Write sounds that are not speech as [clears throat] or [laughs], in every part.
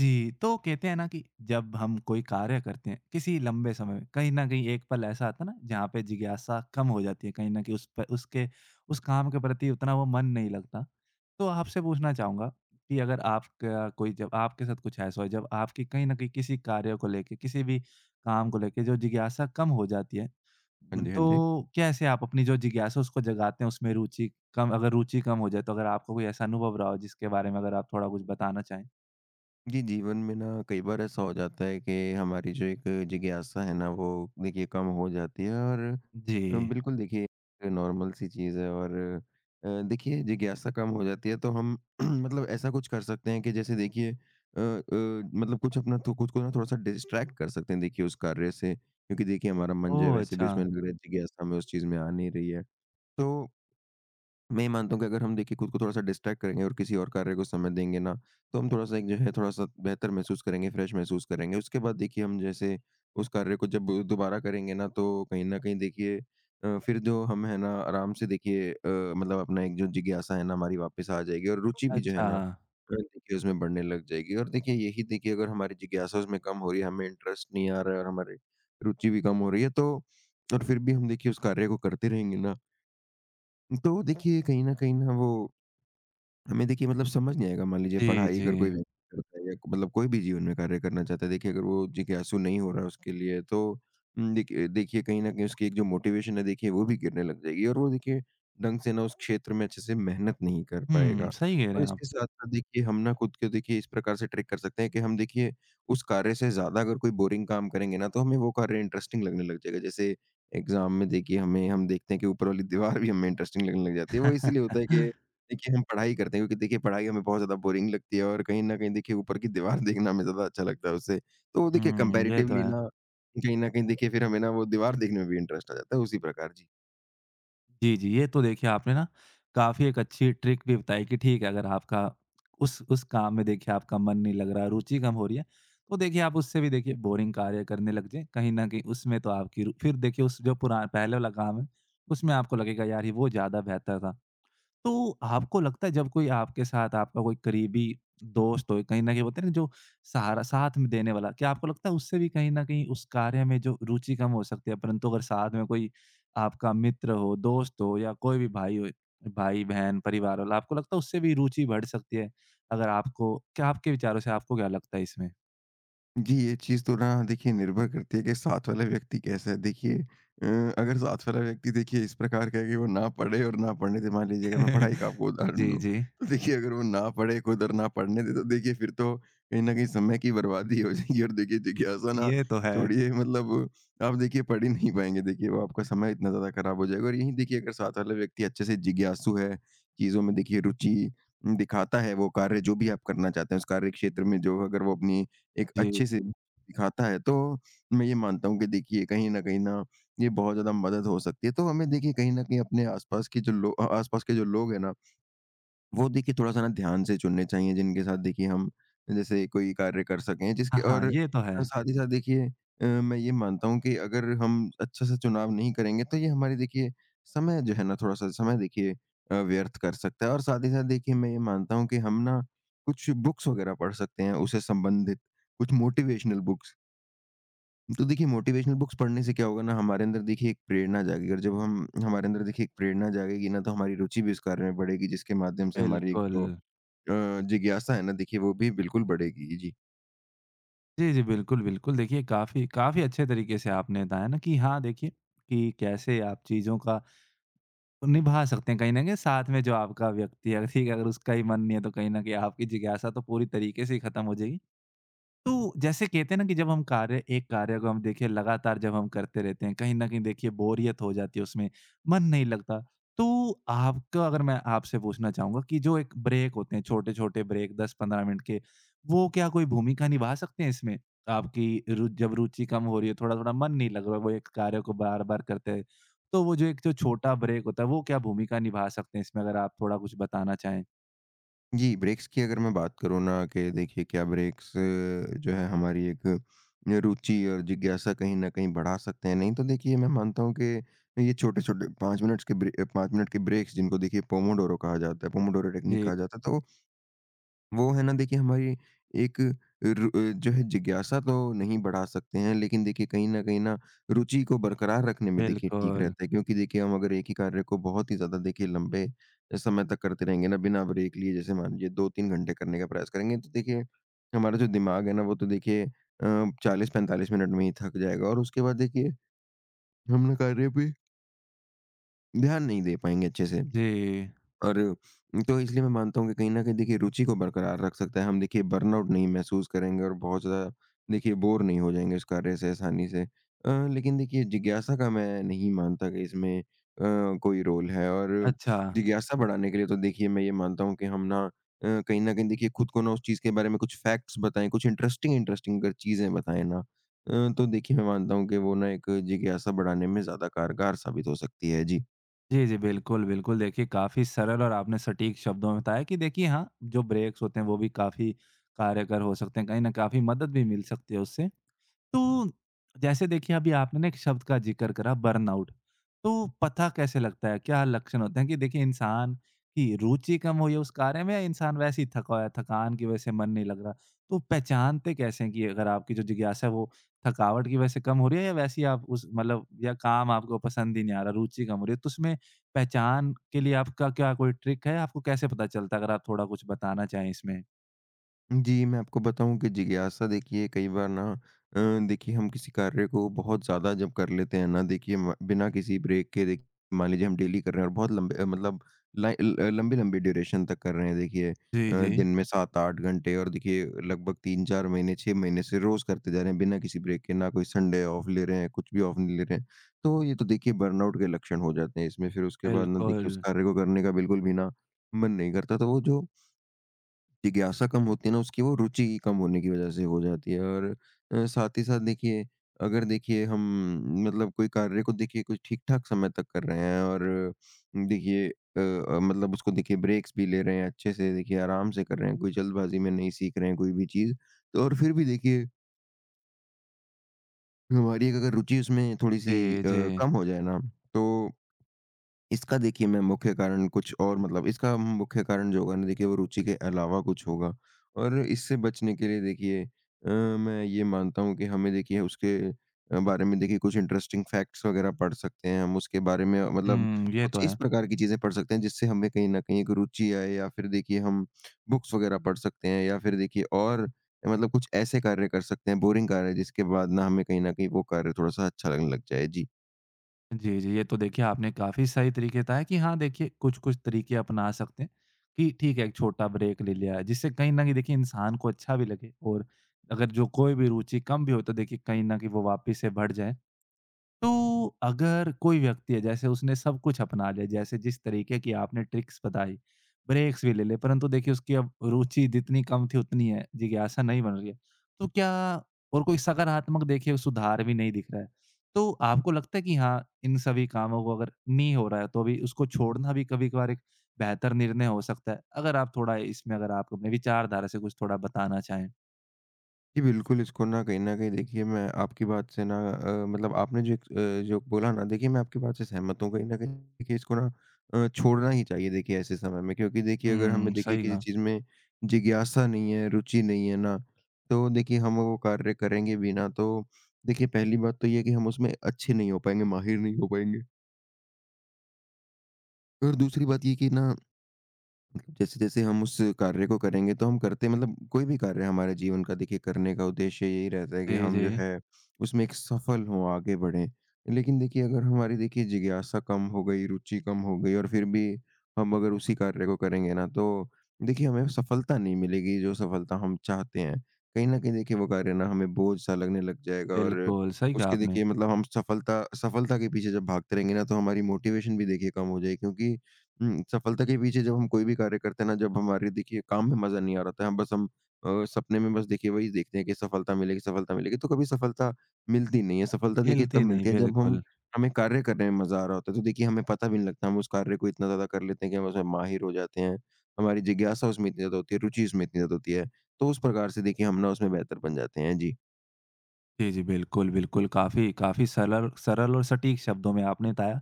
जी, तो कहते हैं ना कि जब हम कोई कार्य करते हैं, किसी लंबे समय में, कहीं न कहीं एक पल ऐसा आता है ना, जहाँ पे जिज्ञासा कम हो जाती है, कहीं न कहीं उस प उसके उस काम के प्रति उतना वो मन नहीं लगता। तो आपसे पूछना चाहूँगा कि अगर आपका कोई जब आपके साथ कुछ ऐसा हो, जब आपकी कहीं न कहीं किसी कार्य को लेके, किसी भी काम को लेके जो जिज्ञासा कम हो जाती है, हाँ जी, हाँ जी। तो कैसे आप अपनी जो जिज्ञासा उसको जगाते हैं, उसमें रुचि कम अगर रुचि कम हो जाए, तो अगर आपको कोई ऐसा अनुभव रहा हो, जिसके बारे में अगर आप थोड़ा कुछ बताना चाहें? जी, जीवन में ना कई बार ऐसा हो जाता है कि हमारी जो एक जिज्ञासा है ना वो देखिए कम हो जाती है। और जी। बिल्कुल देखिए नॉर्मल सी चीज़ है। और देखिए जिज्ञासा कम हो जाती है तो हम [clears throat] मतलब ऐसा कुछ कर सकते हैं कि जैसे देखिए मतलब कुछ अपना तो खुद को ना थोड़ा-सा डिस्ट्रैक्ट कर सकते हैं देखिए उस कार्य से, क्योंकि देखिए हमारा मन जो है ओह! वैसे भी अच्छा, उसमें लग रहा है, जिज्ञासा हमें उस चीज़ में आ नहीं रही है। तो मैं ये मानता हूँ कि अगर हम देखिए खुद को थोड़ा-सा डिस्ट्रैक्ट करेंगे और किसी और कार्य को समय देंगे ना, तो हम थोड़ा-सा एक जो है थोड़ा-सा बेहतर महसूस करेंगे, फ्रेश महसूस करेंगे। उसके बाद देखिए हम जैसे उस कार्य को जब दोबारा करेंगे ना तो कहीं न कहीं देखिए फिर जो हम है ना आराम से देखिए मतलब अपना एक जो जिज्ञासा है ना हमारी वापस आ जाएगी, और रुचि भी जो है अच्छा। ना देखिए उसमें बढ़ने लग जाएगी। और देखिए यही देखिए अगर हमारी जिज्ञासा उसमें कम हो रही है, हमें इंटरेस्ट नहीं आ रहा है, और हमारी रुचि भी कम हो रही है, तो और फिर भी हम देखिए उस कार्य को करते रहेंगे ना तो देखिए, कहीं न कहीं ना वो हमें देखिए मतलब समझ नहीं आएगा। मान लीजिए जी, पढ़ाई जी। अगर कोई व्यक्ति करता है या मतलब कोई भी जीवन में कार्य करना चाहता है, देखिए अगर वो जिज्ञासु नहीं हो रहा उसके लिए तो देखिए देखिए कहीं न कहीं उसकी एक जो मोटिवेशन है देखिए वो भी गिरने लग जाएगी, और वो देखिए ढंग से ना उस क्षेत्र में अच्छे से मेहनत नहीं कर हुँ, पाएगा। सही कह रहे और हैं आप। इसके साथ-साथ देखिए हम ना खुद को देखिए इस प्रकार से ट्रिक कर सकते हैं कि हम देखिए उस कार्य से ज़्यादा अगर कोई बोरिंग काम करेंगे ना, तो हमें वो कार्य इंटरेस्टिंग लगने लग जाएगा। जैसे एग्ज़ाम में देखिए हमें हम देखते हैं कि ऊपर वाली [laughs] दीवार भी हमें इंटरेस्टिंग लगने लग जाती है। वो इसीलिए होता है कि [laughs] देखिए, हम पढ़ाई करते हैं क्योंकि देखिए पढ़ाई हमें बहुत ज़्यादा बोरिंग लगती है, और कहीं न कहीं देखिए ऊपर की दीवार [laughs] देखना हमें ज़्यादा अच्छा लगता है उससे। तो देखिए हुँ, ये तो कंपैरेटिवली है। ना, कहीं न कहीं देखिए फिर हमें ना वो दीवार देखने में भी इंटरेस्ट आ जाता है उसी प्रकार। जी। जी, जी, ये तो देखिए आपने ना काफ़ी एक अच्छी ट्रिक भी बताई कि ठीक है, अगर आपका उस काम में देखिए आपका मन नहीं लग रहा, रुचि कम हो रही है, तो देखिए आप उससे भी देखिए बोरिंग कार्य करने लग जाएँ, कहीं न कहीं उसमें तो आपकी रु फिर देखिए उस जो पुरा पहले वाला काम है, उसमें आपको लगेगा यार ये वो ज़्यादा बेहतर था। तो आपको लगता है जब कोई आपके साथ आपका कोई करीबी दोस्त हो, कहीं न कहीं बोलते हैं ना जो सहारा साथ में देने वाला, क्या आपको लगता है उससे भी कहीं न कहीं उस कार्य में जो रुचि कम हो सकती है, परंतु अगर साथ में कोई आपका मित्र हो, दोस्त हो या कोई भी भाई हो भाई-बहन, परिवार वाला, आपको लगता है उससे भी रुचि बढ़ सकती है? अगर आपको क्या आपके विचारों से आपको क्या लगता है इसमें? जी, ये चीज़ तो ना देखिए निर्भर करती है कि साथ वाला व्यक्ति कैसा है। देखिए अ, अगर साथ वाला व्यक्ति देखिए इस प्रकार का है कि वो ना पढ़े और ना पढ़ने दे, मान लीजिए अगर मैं पढ़ाई [laughs] का आपको उदाहरण जी, दूँ, जी। तो देखिए अगर वो ना पढ़े खुद और ना पढ़ने दे तो देखिए फिर तो कहीं न कहीं समय की बर्बादी हो जाएगी, और देखिए जिज्ञासा ना ये तो है। छोड़िए, मतलब आप देखिए पढ़ ही नहीं पाएँगे। देखिए वो आपका समय इतना ज़्यादा खराब हो जाएगा, और यहीं देखिए अगर साथ वाला व्यक्ति अच्छे से जिज्ञासु है, चीज़ों में देखिए रुचि दिखाता है वो कार्य जो भी आप करना चाहते हैं उस कार्य क्षेत्र में जो अगर वो अपनी एक जी, अच्छे से जी। दिखाता है, तो मैं ये मानता हूँ कि देखिए कहीं न कहीं ना ये बहुत ज़्यादा मदद हो सकती है। तो हमें देखिए कहीं न कहीं अपने आस-पास के जो लोग हैं ना वो देखिए थोड़ा-सा ना ध्यान से चुनने चाहिए, जिनके साथ देखिए हम जैसे कोई कार्य कर सकें हाँ, जिसके, हाँ, और ये तो है। साथ ही साथ देखिए मैं ये मानता हूँ कि अगर हम अच्छा से चुनाव नहीं करेंगे तो ये हमारी देखिए समय जो है ना थोड़ा-सा समय देखिए व्यर्थ कर सकता है, और साथ ही साथ देखिए मैं ये मानता हूँ कि हम ना कुछ बुक्स वगैरह पढ़ सकते हैं उसे संबंधित, कुछ मोटिवेशनल बुक्स। तो देखिए मोटिवेशनल बुक्स पढ़ने से क्या होगा ना हमारे अंदर देखिए एक प्रेरणा जागेगी, और जब हम हमारे अंदर देखिए एक प्रेरणा जागेगी ना तो हमारी रुचि भी उस कार्य में बढ़ेगी, जिसके माध्यम से हमारी एक बिल्कुल। जो जिज्ञासा है ना देखिए वो भी बिल्कुल बढ़ेगी ही, जी। जी, जी। बिल्कुल, बिल्कुल। देखिए काफ़ी काफ़ी अच्छे तरीके से आपने बताया ना कि हाँ, देखिए कि कैसे आप चीज़ों का निभा सकते हैं कहीं न कहीं साथ में जो आपका व्यक्ति है, ठीक है, अगर उसका ही मन नहीं है तो कहीं न कहीं आपकी जिज्ञासा तो पूरी तरीके से ही खत्म हो जाएगी। तो जैसे कहते हैं ना कि जब हम कार्य एक कार्य को हम देखिए लगातार जब हम करते रहते हैं, कहीं न कहीं देखिए बोरियत हो जाती है उसमें, मन नहीं लगता। तो आपका अगर मैं आपसे पूछना चाहूँगा कि जो एक ब्रेक होते हैं, छोटे-छोटे ब्रेक 10-15 मिनट के, वो क्या कोई भूमिका निभा सकते हैं इसमें? आपकी रु जब रुचि कम हो रही है, थोड़ा-थोड़ा मन नहीं लग रहा, वो एक कार्य को बार-बार करते हैं, तो वो जो एक जो छोटा ब्रेक होता है, वो क्या भूमिका निभा सकते हैं इसमें? अगर आप थोड़ा कुछ बताना चाहें। जी, ब्रेक्स की अगर मैं बात करूँ ना कि देखिए क्या ब्रेक्स जो है हमारी एक रुचि और जिज्ञासा कहीं न कहीं बढ़ा सकते हैं? नहीं तो देखिए मैं मानता हूँ कि ये छोटे-छोटे 5 मिनट्स के ब्रे 5 मिनट के ब्रेक्स, जिनको देखिए पोमोडोरो कहा जाता है, पोमोडोरो टेक्निक जी, कहा जाता है, तो वो है ना देखिए हमारी एक जो है जिज्ञासा तो नहीं बढ़ा सकते हैं, लेकिन देखिए कहीं न कहीं ना रुचि को बरकरार रखने में देखिए ठीक बिल्कुल। रहता है, क्योंकि देखिए हम अगर एक ही कार्य को बहुत ही ज़्यादा देखिए लंबे समय तक करते रहेंगे ना बिना ब्रेक लिए, जैसे मान लीजिए 2-3 घंटे करने का प्रयास करेंगे, तो देखिए हमारा जो दिमाग है ना वो तो देखिए 40-45 मिनट में ही थक जाएगा, और उसके बाद देखिए हम ना कार्य पे ध्यान नहीं दे पाएँगे अच्छे से। जी, और तो इसलिए मैं मानता हूँ कि कहीं न कहीं देखिए रुचि को बरकरार रख सकता है। हम देखिए बर्नआउट नहीं महसूस करेंगे, और बहुत ज़्यादा देखिए बोर नहीं हो जाएँगे उस कार्य से आसानी से। लेकिन देखिए जिज्ञासा का मैं नहीं मानता कि इसमें कोई रोल है। और अच्छा। जिज्ञासा बढ़ाने के लिए तो देखिए मैं ये मानता हूँ कि हम ना कहीं न कहीं देखिए खुद को ना उस चीज़ के बारे में कुछ फैक्ट्स बताएँ, कुछ इंटरेस्टिंग इंटरेस्टिंग अगर चीज़ें बताएँ ना, तो देखिए मैं मानता हूँ कि वो ना एक जिज्ञासा बढ़ाने में ज़्यादा कारगर साबित हो सकती है। जी। जी, जी। बिल्कुल, बिल्कुल। देखिए, काफ़ी सरल और आपने सटीक शब्दों में बताया कि देखिए हाँ, जो ब्रेक्स होते हैं वो भी काफ़ी कारगर हो सकते हैं। कहीं न काफ़ी मदद भी मिल सकती है उससे। तो जैसे देखिए अभी आपने ना एक शब्द का जिक्र करा बर्नआउट। तो पता कैसे लगता है? क्या लक्षण होते हैं कि देखिए इंसान की रुचि कम हुई है उस कार्य में या इंसान वैसे ही थका हुआ है, थकान की वजह से मन नहीं लग रहा? तो पहचानते कैसे हैं कि अगर आपकी जो जिज्ञासा है वो थकावट की वजह से कम हो रही है या वैसे ही आप उस मतलब या काम आपको पसंद ही नहीं आ रहा, रुचि कम हो रही है? तो उसमें पहचान के लिए आपका क्या कोई ट्रिक है? आपको कैसे पता चलता है? अगर आप थोड़ा कुछ बताना चाहें इसमें? जी, मैं आपको बताऊँ कि जिज्ञासा देखिए कई बार ना देखिए हम किसी कार्य को बहुत ज़्यादा जब कर लेते हैं ना देखिए म बिना किसी ब्रेक के देख, मान लीजिए हम डेली कर रहे हैं और बहुत लंबे मतलब लाइ ल लंबी-लंबी ड्यूरेशन तक कर रहे हैं देखिए, जी, जी। दिन में 7-8 घंटे, और देखिए लगभग 3-4 महीने, 6 महीने से रोज़ करते जा रहे हैं बिना किसी ब्रेक के, ना कोई संडे ऑफ ले रहे हैं, कुछ भी ऑफ नहीं ले रहे हैं। तो ये तो देखिए बर्नआउट के लक्षण हो जाते हैं इसमें, फिर उसके बाद ना बिल्कुल। देखिए उस कार्य को करने का बिल्कुल भी ना मन नहीं करता, तो वो जो जिज्ञासा कम होती है ना उसकी वो रुचि कम होने की वजह से हो जाती है। और साथ ही साथ देखिए अगर देखिए हम मतलब कोई कार्य को देखिए कुछ ठीक-ठाक समय तक कर रहे हैं, और देखिए मतलब उसको देखिए ब्रेक्स भी ले रहे हैं अच्छे से, देखिए आराम से कर रहे हैं, कोई जल्दबाज़ी में नहीं सीख रहे हैं कोई भी चीज़, तो और फिर भी देखिए हमारी एक अगर रुचि उसमें थोड़ी-सी जी, जी। कम हो जाए ना, तो इसका देखिए मैं मुख्य कारण कुछ और मतलब इसका मुख्य कारण जो होगा ना देखिए वो रुचि के अलावा कुछ होगा। और इससे बचने के लिए देखिए मैं ये मानता हूँ कि हमें देखिए उसके बारे में देखिए कुछ इंटरेस्टिंग फैक्ट्स वगैरह पढ़ सकते हैं हम उसके बारे में, मतलब हुँ, ये कुछ तो इस है। प्रकार की चीज़ें पढ़ सकते हैं जिससे हमें कहीं ना कहीं एक रुचि आए, या फिर देखिए हम बुक्स वगैरह पढ़ सकते हैं, या फिर देखिए और मतलब कुछ ऐसे कार्य कर सकते हैं बोरिंग कार्य जिसके बाद ना हमें कहीं ना कहीं वो कार्य थोड़ा सा अच्छा लगने लग जाए, जी। जी, जी। ये तो देखिए आपने काफ़ी सही तरीके बताए कि हाँ, देखिए कुछ-कुछ तरीके अपना सकते हैं कि ठीक है, एक छोटा ब्रेक ले लिया, जिससे कहीं न कहीं देखिए इंसान को अच्छा भी लगे और अगर जो कोई भी रुचि कम भी हो तो देखिए कहीं न कहीं वो वापस से बढ़ जाए। तो अगर कोई व्यक्ति है जैसे उसने सब कुछ अपना लिया जैसे जिस तरीके की आपने ट्रिक्स बताई, ब्रेक्स भी ले लिए परंतु देखिए उसकी अब रुचि जितनी कम थी उतनी है, जिज्ञासा नहीं बन रही है। तो क्या और कोई सकारात्मक देखिए सुधार भी नहीं दिख रहा है। तो आपको लगता है कि हाँ, इन सभी कामों को अगर नहीं हो रहा है तो अभी उसको छोड़ना भी कभी-कभार एक बेहतर निर्णय हो सकता है। अगर आप थोड़ा इसमें अगर आप अपने विचारधारा से कुछ थोड़ा बताना चाहें? जी, बिल्कुल। इसको ना कहीं न कहीं देखिए मैं आपकी बात से ना मतलब आपने जो एक जो बोला ना देखिए मैं आपकी बात से सहमत हूँ। कहीं न कहीं देखिए इसको ना छोड़ना ही चाहिए देखिए ऐसे समय में, क्योंकि देखिए अगर हमें हुँ, देखिए सही किसी कहा। चीज़ में जिज्ञासा नहीं है, रुचि नहीं है ना, तो देखिए हम वो कार्य करेंगे भी ना, तो देखिए पहली बात तो ये है कि हम उसमें अच्छे नहीं हो पाएँगे, माहिर नहीं हो पाएँगे। और दूसरी बात ये कि ना जैसे-जैसे हम उस कार्य को करेंगे तो हम करते, मतलब कोई भी कार्य हमारे जीवन का देखिए करने का उद्देश्य यही रहता है कि जी, हम जी। जो है उसमें एक सफल हों, आगे बढ़ें। लेकिन देखिए अगर हमारी देखिए जिज्ञासा कम हो गई, रुचि कम हो गई, और फिर भी हम अगर उसी कार्य को करेंगे ना, तो देखिए हमें सफलता नहीं मिलेगी जो सफलता हम चाहते हैं। कहीं न कहीं देखिए वो कार्य ना हमें बोझ सा लगने लग जाएगा, और बिल्कुल, सही कहा उसके आपने। देखिए मतलब हम सफलता सफलता के पीछे जब भागते रहेंगे ना तो हमारी मोटिवेशन भी देखिए कम हो जाएगी, क्योंकि हुँ, सफलता के पीछे जब हम कोई भी कार्य करते हैं ना, जब हमारे देखिए काम में मज़ा नहीं आ रहा था, हम बस हम सपने में बस देखिए वही देखते हैं कि सफलता मिलेगी, तो कभी सफलता मिलती नहीं है। सफलता देखिए हिलती तब नहीं, मिलती है, जब हम बिल्कुल। हमें कार्य करने में मज़ा आ रहा होता है, तो देखिए हमें पता भी नहीं लगता, हम उस कार्य को इतना ज़्यादा कर लेते हैं कि हम उसमें माहिर हो जाते हैं। हमारी जिज्ञासा उसमें इतनी ज़्यादा होती है, रुचि उसमें इतनी ज़्यादा होती है, तो उस प्रकार से देखिए हम ना उसमें बेहतर बन जाते हैं। जी। जी, जी। बिल्कुल, बिल्कुल। काफ़ी काफ़ी सरल सरल और सटीक शब्दों में आपने बताया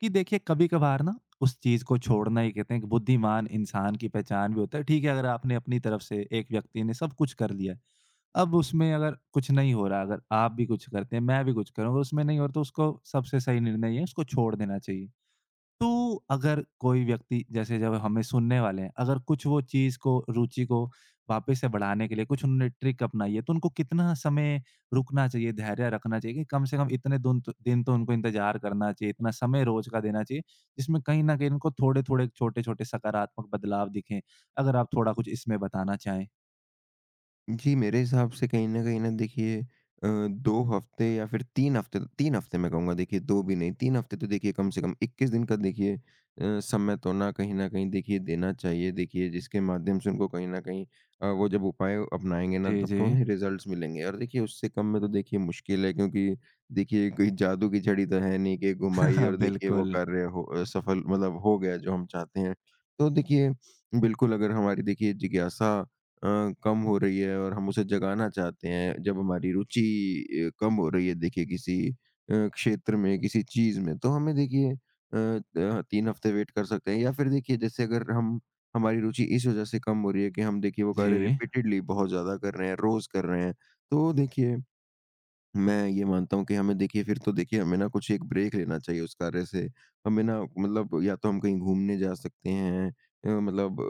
कि देखिए कभी-कभार ना उस चीज़ को छोड़ना ही कहते हैं कि बुद्धिमान इंसान की पहचान भी होता है। ठीक है, अगर आपने अपनी तरफ से एक व्यक्ति ने सब कुछ कर लिया है, अब उसमें अगर कुछ नहीं हो रहा, अगर आप भी कुछ करते हैं, मैं भी कुछ करूँ, अगर उसमें नहीं हो रहा तो उसको सबसे सही निर्णय ये है उसको छोड़ देना चाहिए। तो अगर कोई व्यक्ति जैसे जब हमें सुनने वाले हैं, अगर कुछ वो चीज़ को रुचि को वापस से बढ़ाने के लिए कुछ उन्होंने ट्रिक अपनाई है, तो उनको कितना समय रुकना चाहिए, धैर्य रखना चाहिए कि कम से कम इतने दुन तो दिन तो उनको इंतज़ार करना चाहिए, इतना समय रोज़ का देना चाहिए, जिसमें कहीं न कहीं उनको थोड़े-थोड़े, छोटे-छोटे सकारात्मक बदलाव दिखें? अगर आप थोड़ा कुछ इसमें बताना चाहें। जी, मेरे हिसाब से कहीं न कहीं ना देखिए 2 हफ़्ते या फिर 3 हफ़्ते 3 हफ़्ते मैं कहूँगा, देखिए 2 भी नहीं 3 हफ़्ते, तो देखिए कम से कम 21 दिन का देखिए समय तो ना कहीं न कहीं देखिए देना चाहिए। देखिए जिसके माध्यम से उनको कहीं न कहीं वो जब उपाय अपनाएँगे ना, जी, तब तो जी। उन्हें रिज़ल्ट्स मिलेंगे, और देखिए उससे कम में तो देखिए मुश्किल है, क्योंकि देखिए कोई जादू की छड़ी तो है नहीं कि घुमाई [laughs] और देखिए वो बिल्कुल। कार्य हो सफल, मतलब हो गया जो हम चाहते हैं। तो देखिए बिल्कुल अगर हमारी देखिए जिज्ञासा अ, कम हो रही है और हम उसे जगाना चाहते हैं, जब हमारी रुचि कम हो रही है देखिए किसी क्षेत्र में, किसी चीज़ में, तो हमें देखिए 3 हफ्ते वेट कर सकते हैं, या फिर देखिए जैसे अगर हम हमारी रुचि इस वज़ह से कम हो रही है कि हम देखिए वो कार्य जी। रिपीटेडली बहुत ज़्यादा कर रहे हैं, रोज़ कर रहे हैं, तो देखिए मैं ये मानता हूँ कि हमें देखिए फिर तो देखिए हमें ना कुछ एक ब्रेक लेना चाहिए उस कार्य से। हमें ना मतलब या तो हम कहीं घूमने जा सकते हैं, मतलब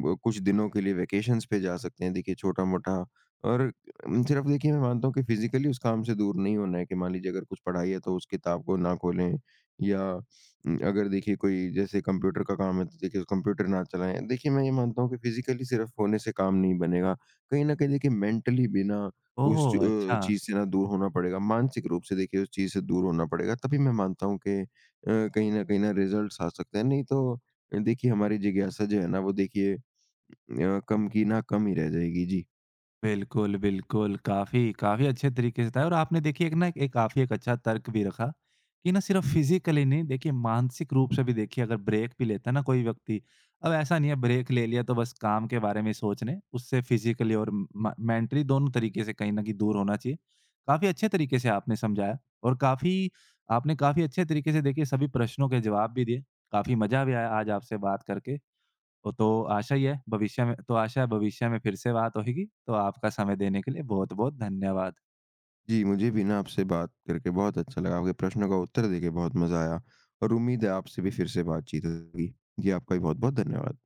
कुछ दिनों के लिए वैकेशंस पे जा सकते हैं देखिए छोटा-मोटा, और सिर्फ़ देखिए मैं मानता हूँ कि फ़िज़िकली उस काम से दूर नहीं होना है, कि मान लीजिए अगर कुछ पढ़ाई है तो उस किताब को ना खोलें, या अगर देखिए कोई जैसे कंप्यूटर का काम है तो देखिए कंप्यूटर ना चलाएँ। देखिए मैं ये मानता हूँ कि फ़िज़िकली सिर्फ़ होने से काम नहीं बनेगा। कहीं न कहीं देखिए मेंटली भी ना ओह! अच्छा। चीज़ से ना दूर होना पड़ेगा, मानसिक रूप से देखिए उस चीज़ से दूर होना पड़ेगा, तभी मैं मानता हूँ कि कहीं न कहीं ना रिज़ल्ट्स आ सकते हैं, नहीं तो देखिए हमारी जिज्ञासा जो है ना वो देखिए कम की ना कम ही रह जाएगी। जी। बिल्कुल, बिल्कुल। काफ़ी काफ़ी अच्छे तरीके से था और आपने देखिए एक ना एक काफ़ी एक अच्छा तर्क भी रखा कि ना सिर्फ़ फ़िज़िकली नहीं देखिए मानसिक रूप से भी देखिए अगर ब्रेक भी लेता है ना कोई व्यक्ति, अब ऐसा नहीं है ब्रेक ले लिया तो बस काम के बारे में सोच रहे हैं, उससे फ़िज़िकली और म मेंटली दोनों तरीके से कहीं न कहीं दूर होना चाहिए। काफ़ी अच्छे तरीके से आपने समझाया और काफ़ी आपने काफ़ी अच्छे तरीके से देखिए सभी प्रश्नों के जवाब भी दिए। काफ़ी मज़ा भी आया आज आपसे बात करके। वो तो आशा ही है भविष्य में तो आशा है भविष्य में फिर से बात होएगी। तो आपका समय देने के लिए बहुत-बहुत धन्यवाद। जी, मुझे भी ना आपसे बात करके बहुत अच्छा लगा, आपके प्रश्नों का उत्तर देके बहुत मज़ा आया, और उम्मीद है आपसे भी फिर से बातचीत होगी। जी, आपका भी बहुत-बहुत धन्यवाद।